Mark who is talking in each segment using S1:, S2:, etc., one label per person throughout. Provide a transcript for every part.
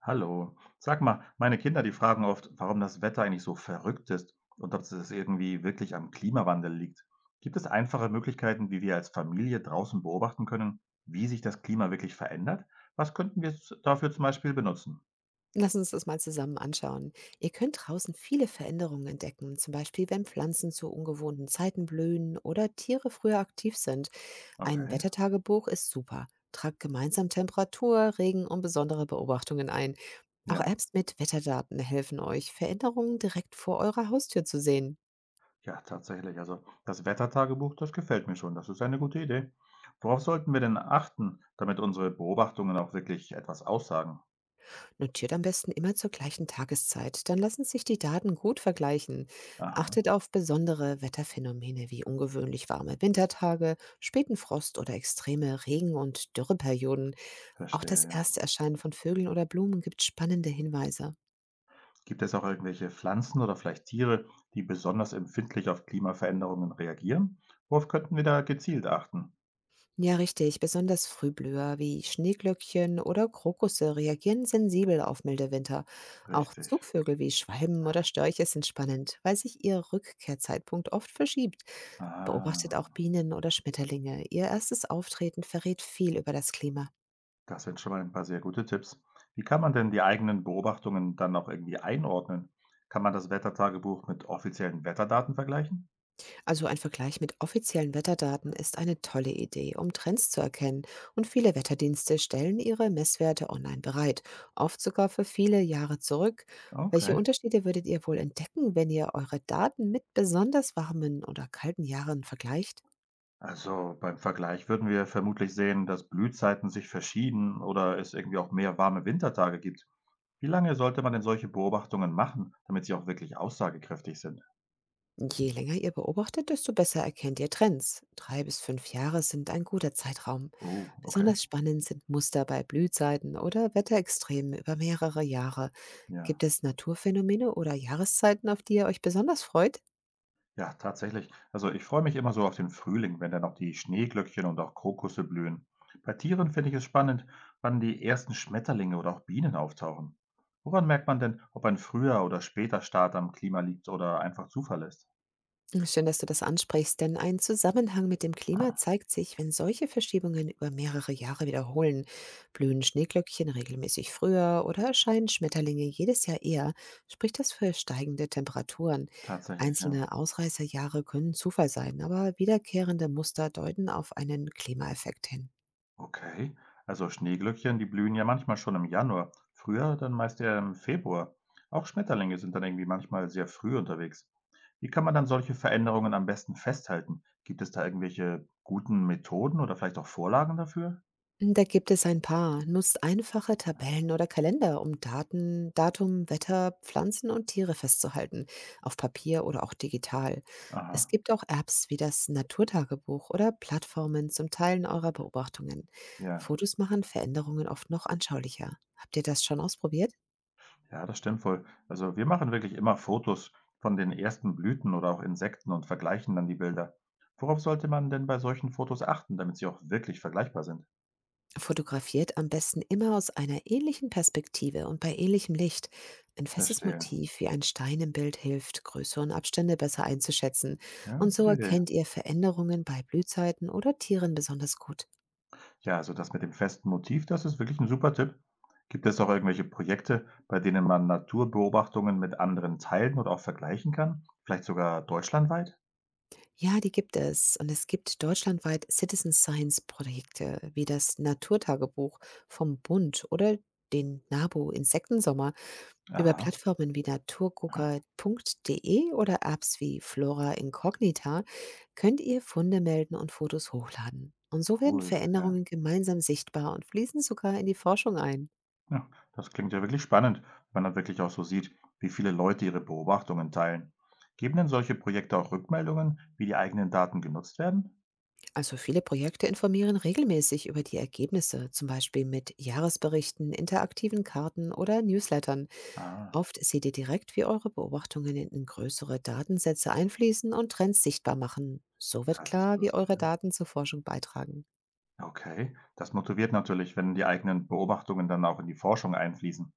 S1: Hallo. Sag mal, meine Kinder, die fragen oft, warum das Wetter eigentlich so verrückt ist und ob es irgendwie wirklich am Klimawandel liegt. Gibt es einfache Möglichkeiten, wie wir als Familie draußen beobachten können, wie sich das Klima wirklich verändert? Was könnten wir dafür zum Beispiel benutzen?
S2: Lass uns das mal zusammen anschauen. Ihr könnt draußen viele Veränderungen entdecken, zum Beispiel wenn Pflanzen zu ungewohnten Zeiten blühen oder Tiere früher aktiv sind. Ein
S1: Okay,
S2: Wettertagebuch ist super. Tragt gemeinsam Temperatur, Regen und besondere Beobachtungen ein. Auch
S1: ja,
S2: Apps mit Wetterdaten helfen euch, Veränderungen direkt vor eurer Haustür zu sehen.
S1: ja, tatsächlich. Also das Wettertagebuch, das gefällt mir schon. Das ist eine gute Idee. Worauf sollten wir denn achten, damit unsere Beobachtungen auch wirklich etwas aussagen?
S2: Notiert am besten immer zur gleichen Tageszeit, dann lassen sich die Daten gut vergleichen.
S1: Aha,
S2: Achtet auf besondere Wetterphänomene wie ungewöhnlich warme Wintertage, späten Frost oder extreme Regen- und Dürreperioden. Auch
S1: verstehe,
S2: das
S1: ja.
S2: erste Erscheinen von Vögeln oder Blumen gibt spannende Hinweise.
S1: Gibt es auch irgendwelche Pflanzen oder vielleicht Tiere, die besonders empfindlich auf Klimaveränderungen reagieren? Worauf könnten wir da gezielt achten?
S2: Ja, richtig, besonders Frühblüher wie Schneeglöckchen oder Krokusse reagieren sensibel auf milde Winter. Auch
S1: Richtig.
S2: Zugvögel wie Schwalben oder Störche sind spannend, weil sich ihr Rückkehrzeitpunkt oft verschiebt. Beobachtet
S1: Ah,
S2: auch Bienen oder Schmetterlinge. Ihr erstes Auftreten verrät viel über das Klima.
S1: das sind schon mal ein paar sehr gute Tipps. Wie kann man denn die eigenen Beobachtungen dann auch irgendwie einordnen? Kann man das Wettertagebuch mit offiziellen Wetterdaten vergleichen?
S2: Also ein Vergleich mit offiziellen Wetterdaten ist eine tolle Idee, um Trends zu erkennen. Und viele Wetterdienste stellen ihre Messwerte online bereit, oft sogar für viele Jahre zurück. Welche
S1: Okay.
S2: Unterschiede würdet ihr wohl entdecken, wenn ihr eure Daten mit besonders warmen oder kalten Jahren vergleicht?
S1: Also beim Vergleich würden wir vermutlich sehen, dass Blühzeiten sich verschieben oder es irgendwie auch mehr warme Wintertage gibt. Wie lange sollte man denn solche Beobachtungen machen, damit sie auch wirklich aussagekräftig sind?
S2: Je länger ihr beobachtet, desto besser erkennt ihr Trends. 3 bis 5 Jahre sind ein guter Zeitraum.
S1: Oh, okay.
S2: Besonders spannend sind Muster bei Blühzeiten oder Wetterextremen über mehrere Jahre. Gibt
S1: Ja.
S2: es Naturphänomene oder Jahreszeiten, auf die ihr euch besonders freut?
S1: Ja, tatsächlich. Also ich freue mich immer so auf den Frühling, wenn dann auch die Schneeglöckchen und auch Krokusse blühen. Bei Tieren finde ich es spannend, wann die ersten Schmetterlinge oder auch Bienen auftauchen. Woran merkt man denn, ob ein früher oder später Start am Klima liegt oder einfach Zufall ist?
S2: Schön, dass du das ansprichst, denn ein Zusammenhang mit dem Klima
S1: Ah,
S2: zeigt sich, wenn solche Verschiebungen über mehrere Jahre wiederholen. Blühen Schneeglöckchen regelmäßig früher oder erscheinen Schmetterlinge jedes Jahr eher, spricht das für steigende Temperaturen.
S1: tatsächlich, ja.
S2: Einzelne Ausreißerjahre können Zufall sein, aber wiederkehrende Muster deuten auf einen Klimaeffekt hin.
S1: Okay, also Schneeglöckchen, die blühen ja manchmal schon im Januar, früher dann meist eher im Februar. Auch Schmetterlinge sind dann irgendwie manchmal sehr früh unterwegs. Wie kann man dann solche Veränderungen am besten festhalten? Gibt es da irgendwelche guten Methoden oder vielleicht auch Vorlagen dafür?
S2: Da gibt es ein paar. Nutzt einfache Tabellen oder Kalender, um Daten, Datum, Wetter, Pflanzen und Tiere festzuhalten, auf Papier oder auch digital.
S1: Aha,
S2: Es gibt auch Apps wie das Naturtagebuch oder Plattformen zum Teilen eurer Beobachtungen.
S1: ja,
S2: Fotos machen Veränderungen oft noch anschaulicher. Habt ihr das schon ausprobiert?
S1: ja, das stimmt wohl. Also wir machen wirklich immer Fotos von den ersten Blüten oder auch Insekten und vergleichen dann die Bilder. Worauf sollte man denn bei solchen Fotos achten, damit sie auch wirklich vergleichbar sind?
S2: Fotografiert am besten immer aus einer ähnlichen Perspektive und bei ähnlichem Licht. Ein festes
S1: Verstehe.
S2: Motiv wie ein Stein im Bild hilft, Größe und Abstände besser einzuschätzen.
S1: Ja,
S2: Und so
S1: gute Idee.
S2: erkennt ihr Veränderungen bei Blühzeiten oder Tieren besonders gut.
S1: Ja, also das mit dem festen Motiv, das ist wirklich ein super Tipp. Gibt es auch irgendwelche Projekte, bei denen man Naturbeobachtungen mit anderen teilen oder auch vergleichen kann? Vielleicht sogar deutschlandweit?
S2: Ja, die gibt es. Und es gibt deutschlandweit Citizen Science Projekte wie das Naturtagebuch vom Bund oder den NABU Insektensommer. Über
S1: Aha,
S2: Plattformen wie
S1: ah,
S2: naturgucker.de oder Apps wie Flora Incognita könnt ihr Funde melden und Fotos hochladen. Und so werden
S1: cool, ja.
S2: Veränderungen gemeinsam sichtbar und fließen sogar in die Forschung ein.
S1: Ja, das klingt ja wirklich spannend, wenn man dann wirklich auch so sieht, wie viele Leute ihre Beobachtungen teilen. Geben denn solche Projekte auch Rückmeldungen, wie die eigenen Daten genutzt werden?
S2: Also viele Projekte informieren regelmäßig über die Ergebnisse, zum Beispiel mit Jahresberichten, interaktiven Karten oder Newslettern.
S1: Ah,
S2: Oft seht ihr direkt, wie eure Beobachtungen in größere Datensätze einfließen und Trends sichtbar machen. So wird
S1: das ist
S2: klar, wie
S1: lustig,
S2: eure
S1: ja.
S2: Daten zur Forschung beitragen.
S1: Okay, das motiviert natürlich, wenn die eigenen Beobachtungen dann auch in die Forschung einfließen.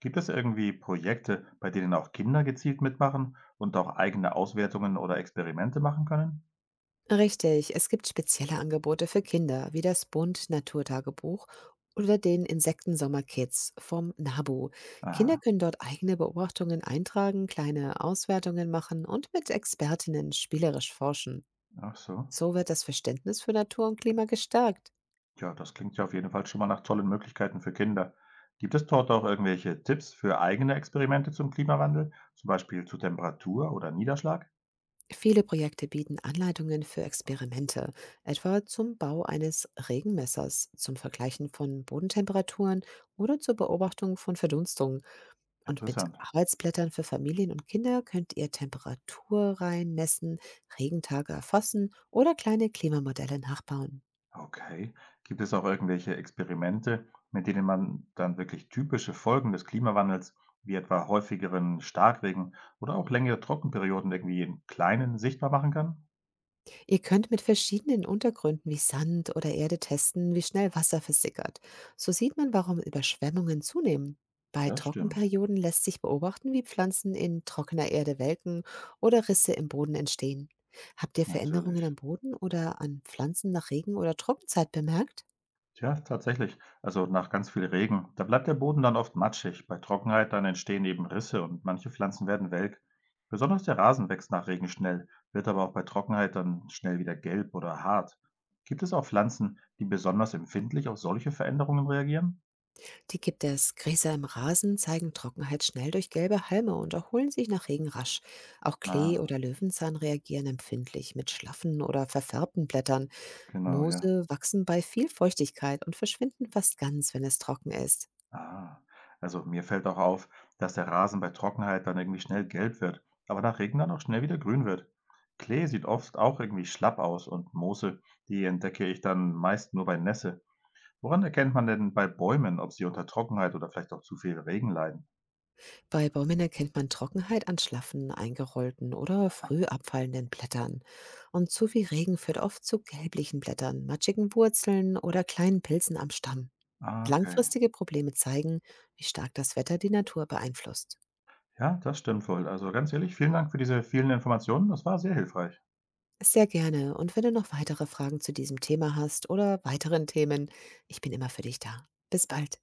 S1: Gibt es irgendwie Projekte, bei denen auch Kinder gezielt mitmachen und auch eigene Auswertungen oder Experimente machen können?
S2: Richtig, es gibt spezielle Angebote für Kinder, wie das Bund Naturtagebuch oder den Insektensommer Kids vom NABU. Kinder
S1: Aha,
S2: können dort eigene Beobachtungen eintragen, kleine Auswertungen machen und mit Expertinnen spielerisch forschen.
S1: ach so.
S2: So wird das Verständnis für Natur und Klima gestärkt.
S1: Ja, das klingt ja auf jeden Fall schon mal nach tollen Möglichkeiten für Kinder. Gibt es dort auch irgendwelche Tipps für eigene Experimente zum Klimawandel, zum Beispiel zu Temperatur oder Niederschlag?
S2: Viele Projekte bieten Anleitungen für Experimente, etwa zum Bau eines Regenmessers, zum Vergleichen von Bodentemperaturen oder zur Beobachtung von Verdunstungen. Und mit
S1: Interessant.
S2: Arbeitsblättern für Familien und Kinder könnt ihr Temperatur reinmessen, Regentage erfassen oder kleine Klimamodelle nachbauen.
S1: Okay. Gibt es auch irgendwelche Experimente, mit denen man dann wirklich typische Folgen des Klimawandels, wie etwa häufigeren Starkregen oder auch längere Trockenperioden irgendwie im Kleinen sichtbar machen kann?
S2: Ihr könnt mit verschiedenen Untergründen wie Sand oder Erde testen, wie schnell Wasser versickert. So sieht man, warum Überschwemmungen zunehmen. Bei
S1: Das stimmt.
S2: Trockenperioden lässt sich beobachten, wie Pflanzen in trockener Erde welken oder Risse im Boden entstehen. Habt ihr Veränderungen
S1: Natürlich.
S2: am Boden oder an Pflanzen nach Regen oder Trockenzeit bemerkt?
S1: Ja, tatsächlich. Also nach ganz viel Regen. Da bleibt der Boden dann oft matschig. Bei Trockenheit dann entstehen eben Risse und manche Pflanzen werden welk. Besonders der Rasen wächst nach Regen schnell, wird aber auch bei Trockenheit dann schnell wieder gelb oder hart. Gibt es auch Pflanzen, die besonders empfindlich auf solche Veränderungen reagieren?
S2: Die gibt es. Gräser im Rasen zeigen Trockenheit schnell durch gelbe Halme und erholen sich nach Regen rasch. Auch Klee
S1: Ah,
S2: oder Löwenzahn reagieren empfindlich mit schlaffen oder verfärbten Blättern.
S1: genau, ja.
S2: Moose wachsen bei viel Feuchtigkeit und verschwinden fast ganz, wenn es trocken ist.
S1: Ah, also mir fällt auch auf, dass der Rasen bei Trockenheit dann irgendwie schnell gelb wird, aber nach Regen dann auch schnell wieder grün wird. Klee sieht oft auch irgendwie schlapp aus und Moose, die entdecke ich dann meist nur bei Nässe. Woran erkennt man denn bei Bäumen, ob sie unter Trockenheit oder vielleicht auch zu viel Regen leiden?
S2: Bei Bäumen erkennt man Trockenheit an schlaffen, eingerollten oder früh abfallenden Blättern. Und zu viel Regen führt oft zu gelblichen Blättern, matschigen Wurzeln oder kleinen Pilzen am Stamm.
S1: Ah, okay.
S2: Langfristige Probleme zeigen, wie stark das Wetter die Natur beeinflusst.
S1: Ja, das stimmt wohl. Also ganz ehrlich, vielen Dank für diese vielen Informationen. Das war sehr hilfreich.
S2: Sehr gerne. Und wenn du noch weitere Fragen zu diesem Thema hast oder weiteren Themen, ich bin immer für dich da. Bis bald.